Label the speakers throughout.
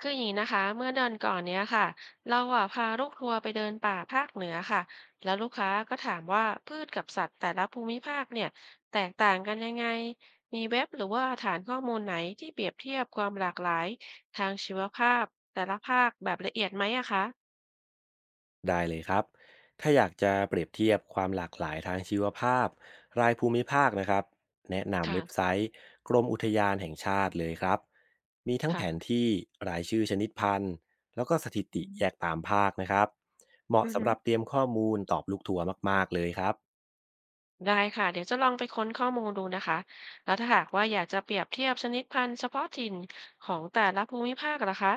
Speaker 1: คืออย่างนี้นะคะเมื่อเดือนก่อนเนี้ยค่ะเราอ่ะพาลูกทัวร์ไปเดินป่าภาคเหนือค่ะแล้วลูกค้าก็ถามว่าพืชกับสัตว์แต่ละภูมิภาคเนี่ยแตกต่างกันยังไงมีเว็บหรือว่าฐานข้อมูลไหนที่เปรียบเทียบความหลากหลายทางชีวภาพแต่ละภาคแบบละเอียดไหมอะคะ
Speaker 2: ได้เลยครับ ถ้าอยากจะเปรียบเทียบความหลากหลายทางชีวภาพรายภูมิภาคนะครับ แนะนำ
Speaker 1: ค่ะ
Speaker 2: เว็บไซต์กรมอุทยานแห่งชาติเลยครับ มีทั้งแผน
Speaker 1: ค่ะ
Speaker 2: ที่รายชื่อชนิดพันธุ์แล้วก็สถิติแยกตามภาคนะครับ เหมาะ
Speaker 1: อือ
Speaker 2: สำ
Speaker 1: ฮึ
Speaker 2: หรับเตรียมข้อมูลตอบลูกทัวร์มากๆเลยครับ
Speaker 1: ได้ค่ะเดี๋ยวจะลองไปค้นข้อมูลดูนะคะแล้วถ้าหากว่าอยากจะเปรียบเทียบชนิดพันธุ์เฉพาะถิ่นของแต่ละภูมิภาคล่ะคะ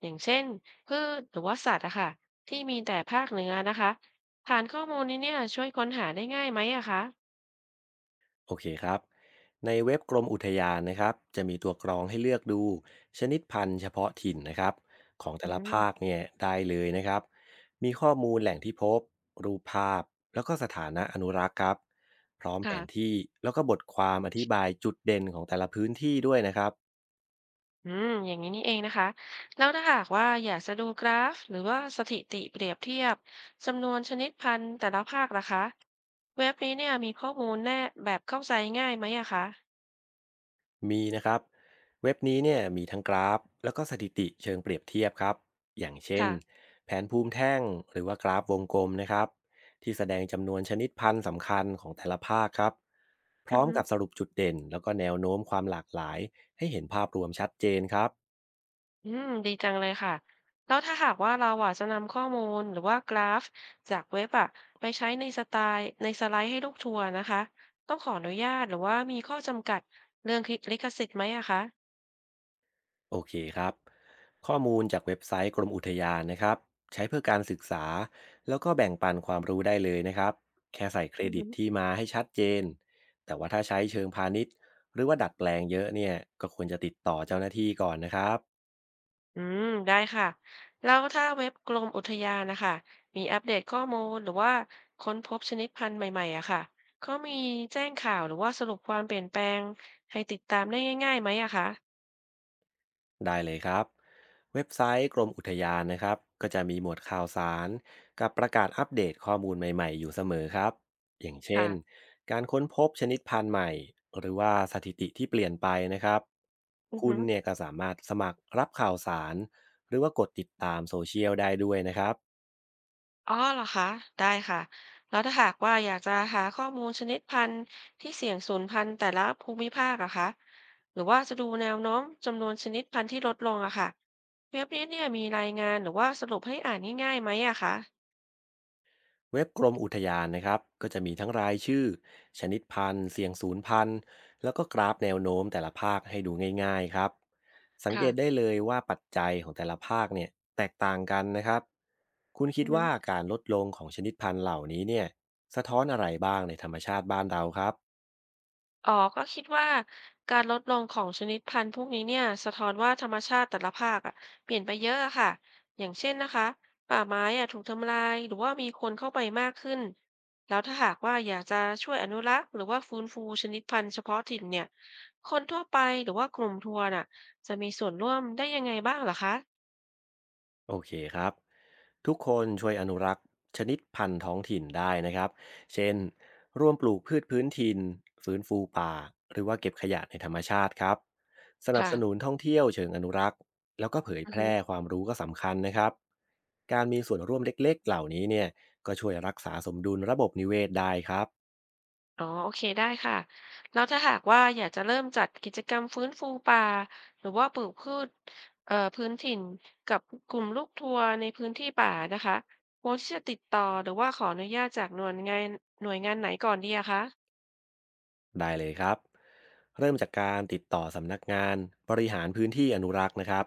Speaker 1: อย่างเช่นพืชหรือว่าสัตว์อะค่ะที่มีแต่ภาคเหนือนะคะฐานข้อมูลนี้เนี่ยช่วยค้นหาได้ง่ายไหมอะคะ
Speaker 2: โอเคครับในเว็บกรมอุทยานนะครับจะมีตัวกรองให้เลือกดูชนิดพันธุ์เฉพาะถิ่นนะครับของ
Speaker 1: อื
Speaker 2: แต่ละ
Speaker 1: ม
Speaker 2: ภาคเนี่ยได้เลยนะครับมีข้อมูลแหล่งที่พบรูปภาพแล้วก็สถานะอนุรักษ์ครับพร้อมแผน
Speaker 1: ค่ะ
Speaker 2: ที่แล้วก็บทความอธิบายจุดเด่นของแต่ละพื้นที่ด้วยนะครับ
Speaker 1: อืมอย่างนี้นี่เองนะคะแล้วถ้าหากว่าอยากจะดูกราฟหรือว่าสถิติเปรียบเทียบจำนวนชนิดพันธุ์แต่ละภาคล่ะคะเว็บนี้เนี่ยมีข้อมูลแน่แบบเข้าใจง่ายไหมอะคะ
Speaker 2: มีนะครับเว็บนี้เนี่ยมีทั้งกราฟแล้วก็สถิติเชิงเปรียบเทียบครับอย่างเช่น
Speaker 1: ค่ะ
Speaker 2: แผนภูมิแท่งหรือว่ากราฟวงกลมนะครับที่แสดงจำนวนชนิดพันธุ์สำคัญของแต่ละภาคครับพ
Speaker 1: อื
Speaker 2: ร้อ
Speaker 1: อ
Speaker 2: ม
Speaker 1: ฮึ
Speaker 2: กับสรุปจุดเด่นแล้วก็แนวโน้มความหลากหลายให้เห็นภาพรวมชัดเจนครับ
Speaker 1: อืมดีจังเลยค่ะแล้วถ้าหากว่าเราอะจะนำข้อมูลหรือว่ากราฟจากเว็บอะไปใช้ในสไลด์ให้ลูกทัวร์นะคะต้องขออนุญาตหรือว่ามีข้อจำกัดเรื่องลิขสิทธิ์ไหมอะคะ
Speaker 2: โอเคครับข้อมูลจากเว็บไซต์กรมอุทยานนะครับใช้เพื่อการศึกษาแล้วก็แบ่งปันความรู้ได้เลยนะครับแค่ใส่เคร
Speaker 1: อือ
Speaker 2: ดิ
Speaker 1: ฮึ
Speaker 2: ตที่มาให้ชัดเจนแต่ว่าถ้าใช้เชิงพาณิชย์หรือว่าดัดแปลงเยอะเนี่ยก็ควรจะติดต่อเจ้าหน้าที่ก่อนนะครับ
Speaker 1: อืมได้ค่ะแล้วถ้าเว็บกรมอุทยานนะคะมีอัปเดตข้อมูลหรือว่าค้นพบชนิดพันธุ์ใหม่ๆอะค่ะเขามีแจ้งข่าวหรือว่าสรุปความเปลี่ยนแปลงให้ติดตามได้ง่ายๆไหมอะคะ
Speaker 2: ได้เลยครับเว็บไซต์กรมอุทยานนะครับก็จะมีหมวดข่าวสารกับประกาศอัปเดตข้อมูลใหม่ๆอยู่เสมอครับอย่างเช่
Speaker 1: ค่ะ
Speaker 2: นการค้นพบชนิดพันธุ์ใหม่หรือว่าสถิติที่เปลี่ยนไปนะครับ
Speaker 1: อือ
Speaker 2: คุณ
Speaker 1: ฮึ
Speaker 2: เนี่ยก็สามารถสมัครรับข่าวสารหรือว่ากดติดตามโซเชียลได้ด้วยนะครับ
Speaker 1: อ๋อเหรอคะได้ค่ะแล้วถ้าหากว่าอยากจะหาข้อมูลชนิดพันธุ์ที่เสี่ยงสูญพันธุ์แต่ละภูมิภาคอะคะหรือว่าจะดูแนวโน้มจำนวนชนิดพันธุ์ที่ลดลงอะค่ะเว็บนี้เนี่ยมีรายงานหรือว่าสรุปให้อ่านง่ายๆไหมอะคะ
Speaker 2: เว็บกรมอุทยานนะครับก็จะมีทั้งรายชื่อชนิดพันธุ์เสียงศูนย์พันธุ์แล้วก็กราฟแนวโน้มแต่ละภาคให้ดูง่ายๆครับสังเก
Speaker 1: ค่ะ
Speaker 2: ตได้เลยว่าปัจจัยของแต่ละภาคเนี่ยแตกต่างกันนะครับคุณคิ
Speaker 1: อื
Speaker 2: ด
Speaker 1: อฮึ
Speaker 2: ว่าการลดลงของชนิดพันธุ์เหล่านี้เนี่ยสะท้อนอะไรบ้างในธรรมชาติบ้านเราครับ
Speaker 1: อ๋อก็คิดว่าการลดลงของชนิดพันธุ์พวกนี้เนี่ยสะท้อนว่าธรรมชาติแต่ละภาคอะเปลี่ยนไปเยอะอะค่ะอย่างเช่นนะคะป่าไม้อะถูกทำลายหรือว่ามีคนเข้าไปมากขึ้นแล้วถ้าหากว่าอยากจะช่วยอนุรักษ์หรือว่าฟื้นฟูชนิดพันธุ์เฉพาะถิ่นเนี่ยคนทั่วไปหรือว่ากลุ่มทัวร์น่ะจะมีส่วนร่วมได้ยังไงบ้างเหรอคะ
Speaker 2: โอเคครับทุกคนช่วยอนุรักษ์ชนิดพันธุ์ท้องถิ่นได้นะครับเช่นร่วมปลูกพืชพื้นถิ่นฟื้นฟูป่าหรือว่าเก็บขยะในธรรมชาติครับสนับ
Speaker 1: ค่ะ
Speaker 2: สนุนท่องเที่ยวเชิงอนุรักษ์แล้วก็เผย
Speaker 1: อื
Speaker 2: แพ
Speaker 1: อฮึ
Speaker 2: ร่ความรู้ก็สำคัญนะครับการมีส่วนร่วมเล็กๆเหล่านี้เนี่ยก็ช่วยรักษาสมดุลระบบนิเวศได้ครับ
Speaker 1: อ๋อโอเคได้ค่ะแล้วถ้าหากว่าอยากจะเริ่มจัดกิจกรรมฟื้นฟูป่าหรือว่าปลูกพืชพื้นถิ่นกับกลุ่มลูกทัวร์ในพื้นที่ป่านะคะควรที่จะติดต่อหรือว่าขออนุญาตจากหน่วยงานไหนก่อนดีอะคะ
Speaker 2: ได้เลยครับเริ่มจากการติดต่อสำนักงานบริหารพื้นที่อนุรักษ์นะครับ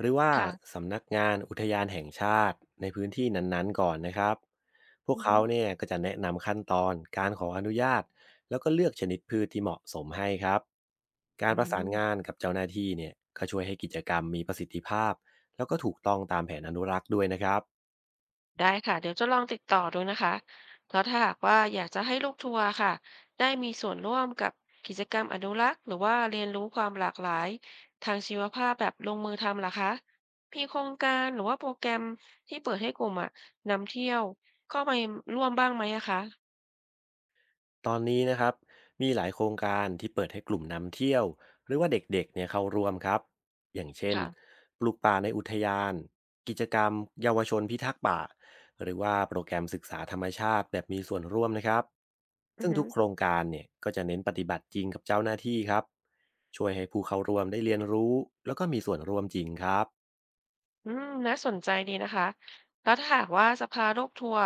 Speaker 2: หรือว่า
Speaker 1: ค่ะ
Speaker 2: สำนักงานอุทยานแห่งชาติในพื้นที่นั้นๆก่อนนะครับพวก
Speaker 1: อือฮึ
Speaker 2: เขาเนี่ยก็จะแนะนำขั้นตอนการขออนุญาตแล้วก็เลือกชนิดพืชที่เหมาะสมให้ครับการ
Speaker 1: อื
Speaker 2: ประสาน
Speaker 1: ม
Speaker 2: งานกับเจ้าหน้าที่เนี่ยก็ช่วยให้กิจกรรมมีประสิทธิภาพแล้วก็ถูกต้องตามแผนอนุรักษ์ด้วยนะครับ
Speaker 1: ได้ค่ะเดี๋ยวจะลองติดต่อดูนะคะแล้วถ้าหากว่าอยากจะให้ลูกทัวร์ค่ะได้มีส่วนร่วมกับกิจกรรมอนุรักษ์หรือว่าเรียนรู้ความหลากหลายทางชีวภาพแบบลงมือทำล่ะคะมีโครงการหรือว่าโปรแกรมที่เปิดให้กลุ่มอะนำเที่ยวเข้าไปร่วมบ้างไหมอะคะ
Speaker 2: ตอนนี้นะครับมีหลายโครงการที่เปิดให้กลุ่มนำเที่ยวหรือว่าเด็กๆเนี่ยเข้าร่วมครับอย่างเช่น
Speaker 1: ค่ะ
Speaker 2: ปลูกป่าในอุทยานกิจกรรมเยาวชนพิทักษ์ป่าหรือว่าโปรแกรมศึกษาธรรมชาติแบบมีส่วนร่วมนะครับ
Speaker 1: อื
Speaker 2: ซึ่
Speaker 1: อ
Speaker 2: ง
Speaker 1: ฮึ
Speaker 2: ทุกโครงการเนี่ยก็จะเน้นปฏิบัติจริงกับเจ้าหน้าที่ครับช่วยให้ผู้เข้าร่วมได้เรียนรู้แล้วก็มีส่วนร่วมจริงครับ
Speaker 1: อืมน่าสนใจดีนะคะแล้วถ้าหากว่าจะพาลูกทัวร์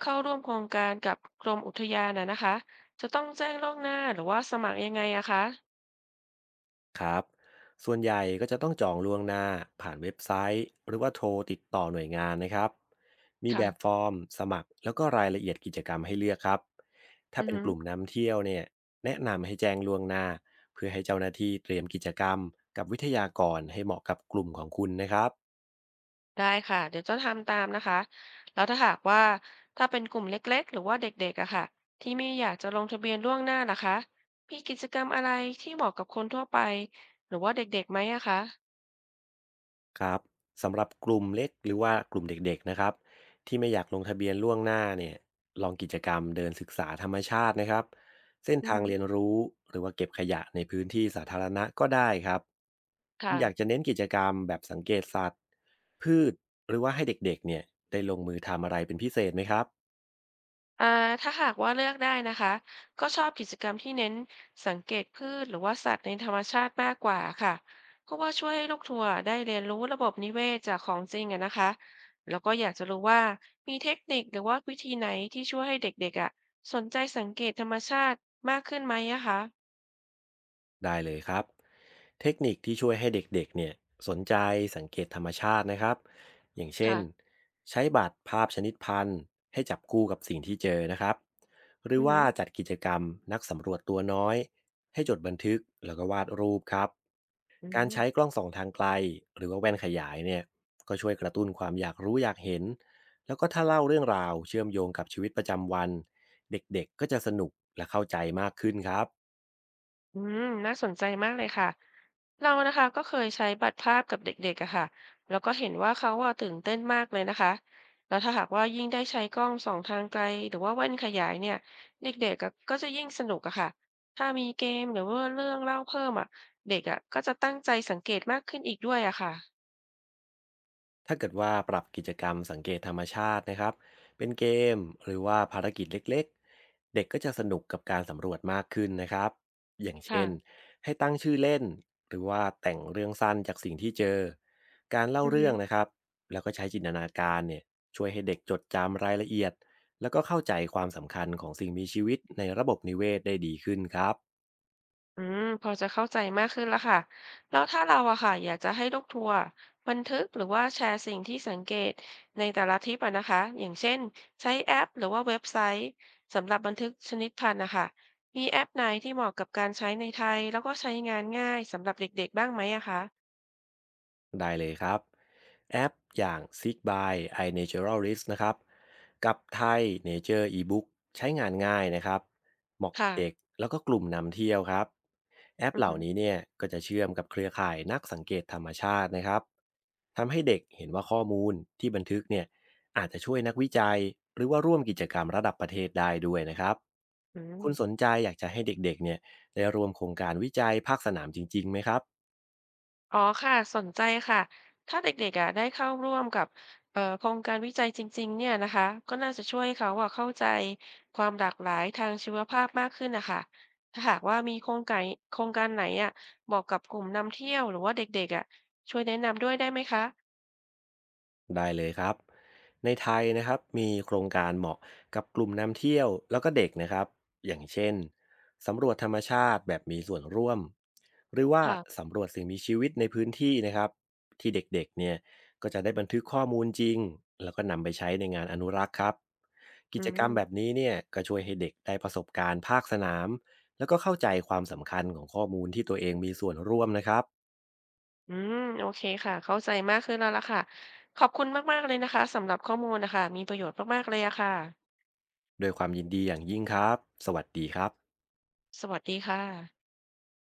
Speaker 1: เข้าร่วมโครงการกับกรมอุทยานนะคะจะต้องแจ้งล่วงหน้าหรือว่าสมัครยังไงอะคะ
Speaker 2: ครับส่วนใหญ่ก็จะต้องจองล่วงหน้าผ่านเว็บไซต์หรือว่าโทรติดต่อหน่วยงานนะครับมีแบ
Speaker 1: ค่ะ
Speaker 2: บฟอร์มสมัครแล้วก็รายละเอียดกิจกรรมให้เลือกครับถ้า
Speaker 1: อือ
Speaker 2: เป็น
Speaker 1: ฮึ
Speaker 2: กลุ่มนำเที่ยวเนี่ยแนะนำให้แจ้งล่วงหน้าเพื่อให้เจ้าหน้าที่เตรียมกิจกรรมกับวิทยากรให้เหมาะกับกลุ่มของคุณนะครับ
Speaker 1: ได้ค่ะเดี๋ยวจะทำตามนะคะแล้วถ้าหากว่าถ้าเป็นกลุ่มเล็กๆหรือว่าเด็กๆอะค่ะที่ไม่อยากจะลงทะเบียนล่วงหน้าล่ะคะมีกิจกรรมอะไรที่เหมาะกับคนทั่วไปหรือว่าเด็กๆไหมอะคะ
Speaker 2: ครับสำหรับกลุ่มเล็กหรือว่ากลุ่มเด็กๆนะครับที่ไม่อยากลงทะเบียนล่วงหน้าเนี่ยลองกิจกรรมเดินศึกษาธรรมชาตินะครับเส้น
Speaker 1: อือ
Speaker 2: ทาง
Speaker 1: ฮึ
Speaker 2: เรียนรู้หรือว่าเก็บขยะในพื้นที่สาธารณะก็ได้ครับคุณ
Speaker 1: ค่ะ
Speaker 2: อยากจะเน้นกิจกรรมแบบสังเกตสัตว์พืชหรือว่าให้เด็กๆเนี่ยได้ลงมือทำอะไรเป็นพิเศษไหมครับ
Speaker 1: อ่าถ้าหากว่าเลือกได้นะคะก็ชอบกิจกรรมที่เน้นสังเกตพืชหรือว่าสัตว์ในธรรมชาติมากกว่าค่ะเพราะว่าช่วยให้ลูกทัวร์ได้เรียนรู้ระบบนิเวศจากของจริงอะนะคะแล้วก็อยากจะรู้ว่ามีเทคนิคหรือว่าวิธีไหนที่ช่วยให้เด็กๆอะสนใจสังเกตธรรมชาติมากขึ้นไหมอะคะ
Speaker 2: ได้เลยครับเทคนิคที่ช่วยให้เด็กๆเนี่ยสนใจสังเกตธรรมชาตินะครับอย่างเช่น
Speaker 1: ค่ะ
Speaker 2: ใช้บัตรภาพชนิดพันธุ์ให้จับคู่กับสิ่งที่เจอนะครับหรือ
Speaker 1: อือ
Speaker 2: ว่า
Speaker 1: ฮึ
Speaker 2: จัดกิจกรรมนักสำรวจตัวน้อยให้จดบันทึกแล้วก็วาดรูปครับ
Speaker 1: อื
Speaker 2: การ
Speaker 1: ม
Speaker 2: ใช้กล้องส่องทางไกลหรือว่าแว่นขยายเนี่ยก็ช่วยกระตุ้นความอยากรู้อยากเห็นแล้วก็ถ้าเล่าเรื่องราวเชื่อมโยงกับชีวิตประจำวันเด็กๆก็จะสนุกและเข้าใจมากขึ้นครับ
Speaker 1: อืมน่าสนใจมากเลยค่ะ เรานะคะก็เคยใช้บัตรภาพกับเด็กๆอะค่ะแล้วก็เห็นว่าเขาอะตื่นเต้นมากเลยนะคะแล้วถ้าหากว่ายิ่งได้ใช้กล้องส่องทางไกลหรือว่าแว่นขยายเนี่ยเด็กๆอะก็จะยิ่งสนุกอะค่ะถ้ามีเกมหรือว่าเรื่องเล่าเพิ่มอะเด็กอะก็จะตั้งใจสังเกตมากขึ้นอีกด้วยอะค่ะ
Speaker 2: ถ้าเกิดว่าปรับกิจกรรมสังเกตธรรมชาตินะครับเป็นเกมหรือว่าภารกิจเล็กๆเด็กก็จะสนุกกับการสำรวจมากขึ้นนะครับอย่างเช่
Speaker 1: ค่ะ
Speaker 2: นให้ตั้งชื่อเล่นหรือว่าแต่งเรื่องสั้นจากสิ่งที่เจอการเล่า
Speaker 1: อือ
Speaker 2: เรื่
Speaker 1: ฮึ
Speaker 2: องนะครับแล้วก็ใช้จินตนาการเนี่ยช่วยให้เด็กจดจำรายละเอียดแล้วก็เข้าใจความสำคัญของสิ่งมีชีวิตในระบบนิเวศได้ดีขึ้นครับ
Speaker 1: อืมพอจะเข้าใจมากขึ้นแล้วค่ะแล้วถ้าเราอะค่ะอยากจะให้ลูกทัวร์บันทึกหรือว่าแชร์สิ่งที่สังเกตในแต่ละทริปอะนะคะอย่างเช่นใช้แอปหรือว่าเว็บไซต์สำหรับบันทึกชนิดพันธุ์นะคะมีแอปไหนที่เหมาะกับการใช้ในไทยแล้วก็ใช้งานง่ายสำหรับเด็กๆบ้างไหมอะคะ
Speaker 2: ได้เลยครับแอปอย่าง Sig by iNaturalist นะครับกับไทย Nature eBook ใช้งานง่ายนะครับเหมาะกับ
Speaker 1: ค่ะ
Speaker 2: เด็กแล้วก็กลุ่มนำเที่ยวครับแอป
Speaker 1: อื
Speaker 2: เห
Speaker 1: อ
Speaker 2: ล่า
Speaker 1: ฮึ
Speaker 2: นี้เนี่ยก็จะเชื่อมกับเครือข่ายนักสังเกตธรรมชาตินะครับทำให้เด็กเห็นว่าข้อมูลที่บันทึกเนี่ยอาจจะช่วยนักวิจัยหรือว่าร่วมกิจกรรมระดับประเทศได้ด้วยนะครับ
Speaker 1: อื
Speaker 2: คุณสน
Speaker 1: ม
Speaker 2: ใจอยากจะให้เด็กๆเนี่ยได้ร่วมโครงการวิจัยภาคสนามจริงๆไหมครับ
Speaker 1: อ๋อค่ะสนใจค่ะถ้าเด็กๆอ่ะได้เข้าร่วมกับโครงการวิจัยจริงๆเนี่ยนะคะก็น่าจะช่วยเขาอ่ะเข้าใจความหลากหลายทางชีวภาพมากขึ้นนะคะถ้าหากว่ามีโครงการไหนอ่ะเหมาะกับกลุ่มนำเที่ยวหรือว่าเด็กๆอ่ะช่วยแนะนำด้วยได้ไหมคะ
Speaker 2: ได้เลยครับในไทยนะครับมีโครงการเหมาะกับกลุ่มนำเที่ยวแล้วก็เด็กนะครับอย่างเช่นสำรวจธรรมชาติแบบมีส่วนร่วมหรือว่า
Speaker 1: ค่ะ
Speaker 2: สำรวจสิ่งมีชีวิตในพื้นที่นะครับที่เด็กๆเนี่ยก็จะได้บันทึกข้อมูลจริงแล้วก็นำไปใช้ในงานอนุรักษ์ครับกิ
Speaker 1: อื
Speaker 2: จกรรมแบบ
Speaker 1: ม
Speaker 2: นี้เนี่ยก็ช่วยให้เด็กได้ประสบการณ์ภาคสนามแล้วก็เข้าใจความสำคัญของข้อมูลที่ตัวเองมีส่วนร่วมนะครับ
Speaker 1: อืมโอเคค่ะเข้าใจมากขึ้นแล้วล่ะค่ะขอบคุณมากๆเลยนะคะสำหรับข้อมูลนะคะมีประโยชน์มากๆเลยอะค่ะ
Speaker 2: โดวยความยินดีอย่างยิ่งครับสวัสดีครับ
Speaker 1: สวัสดีค่ะ